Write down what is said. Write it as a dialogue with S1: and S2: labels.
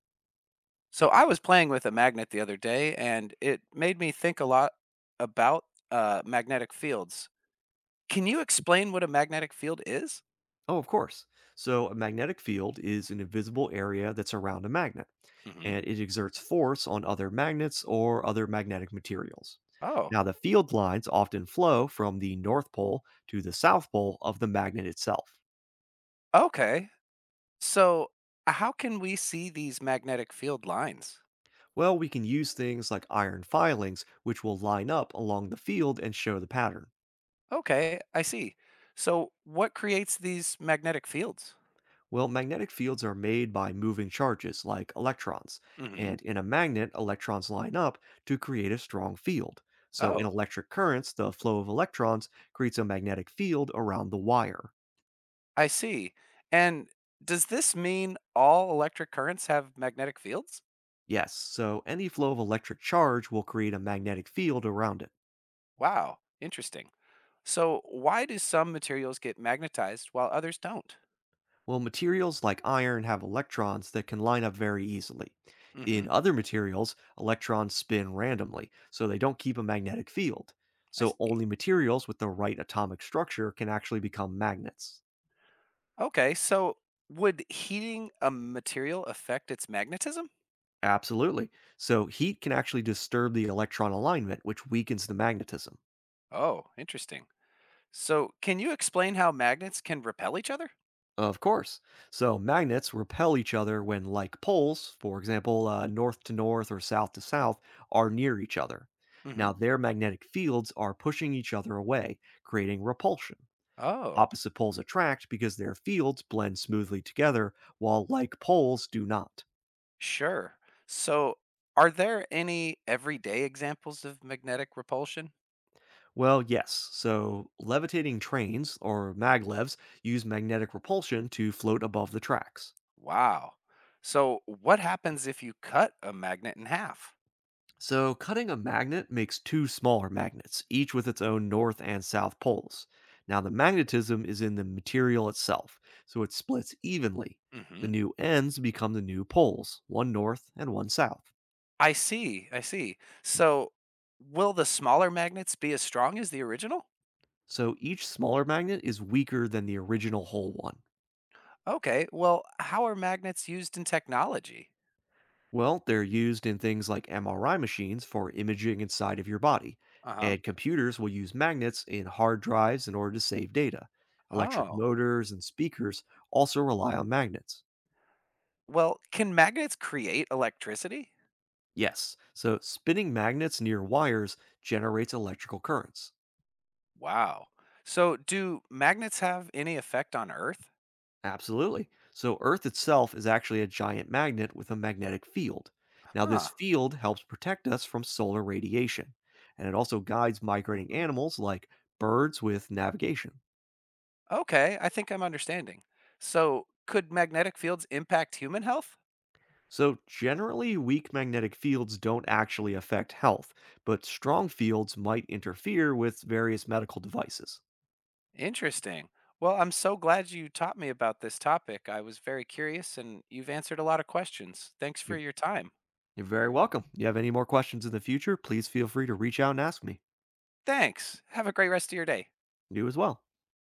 S1: So I was playing with a magnet the other day and it made me think a lot about magnetic fields. Can you explain what a magnetic field is?
S2: Oh, of course. So, a magnetic field is an invisible area that's around a magnet,
S1: Hmm.
S2: and it exerts force on other magnets or other magnetic materials.
S1: Oh,
S2: Now, the field lines often flow from the North Pole to the South Pole of the magnet itself.
S1: okay. So how can we see these magnetic field lines?
S2: Well, we can use things like iron filings, which will line up along the field and show the pattern.
S1: Okay, I see. So what creates these magnetic fields?
S2: Well, magnetic fields are made by moving charges like electrons,
S1: Hmm.
S2: and in a magnet, electrons line up to create a strong field. So, in
S1: Oh,
S2: electric currents, the flow of electrons creates a magnetic field around the wire.
S1: I see. And does this mean all electric currents have magnetic fields?
S2: Yes, so any flow of electric charge will create a magnetic field around it.
S1: Wow, interesting. So, why do some materials get magnetized while others don't?
S2: Well, materials like iron have electrons that can line up very easily. In
S1: Hmm.
S2: other materials, electrons spin randomly, so they don't keep a magnetic field.
S1: I
S2: So
S1: see.
S2: only materials with the right atomic structure can actually become magnets.
S1: Okay, so would heating a material affect its magnetism?
S2: Absolutely. So heat can actually disturb the electron alignment, which weakens the magnetism.
S1: Oh, interesting. So, can you explain how magnets can repel each other?
S2: Of course. So magnets repel each other when like poles, for example, north to north or south to south, are near each other.
S1: Hmm.
S2: Now their magnetic fields are pushing each other away, creating repulsion.
S1: Oh,
S2: Opposite poles attract because their fields blend smoothly together, while like poles do not.
S1: sure. So, are there any everyday examples of magnetic repulsion?
S2: Well, yes, so levitating trains, or maglevs, use magnetic repulsion to float above the tracks.
S1: Wow. So, what happens if you cut a magnet in half?
S2: So, cutting a magnet makes two smaller magnets, each with its own north and south poles. Now, the magnetism is in the material itself, so it splits evenly. The new ends become the new poles, one north and one south.
S1: I see, I see. So, will the smaller magnets be as strong as the original?
S2: So, each smaller magnet is weaker than the original whole one.
S1: Okay, well, how are magnets used in technology?
S2: Well, they're used in things like MRI machines for imaging inside of your body,
S1: Uh huh.
S2: and computers will use magnets in hard drives in order to save data. Electric
S1: Oh,
S2: motors and speakers also rely on magnets.
S1: well, can magnets create electricity?
S2: Yes. So spinning magnets near wires generates electrical currents.
S1: Wow. So, do magnets have any effect on Earth?
S2: Absolutely. So Earth itself is actually a giant magnet with a magnetic field. Now, this
S1: Huh.
S2: field helps protect us from solar radiation, and it also guides migrating
S1: Mhm.
S2: animals like birds with navigation.
S1: Okay, I think I'm understanding. So, could magnetic fields impact human health?
S2: So, generally, weak magnetic fields don't actually affect health, but strong fields might interfere with various medical devices.
S1: Interesting. Well, I'm so glad you taught me about this topic. I was very curious and you've answered a lot of questions. Thanks for
S2: You're,
S1: your time.
S2: you're very welcome. You have any more questions in the future, please feel free to reach out and ask me.
S1: Thanks. Have a great rest of your day.
S2: You as well.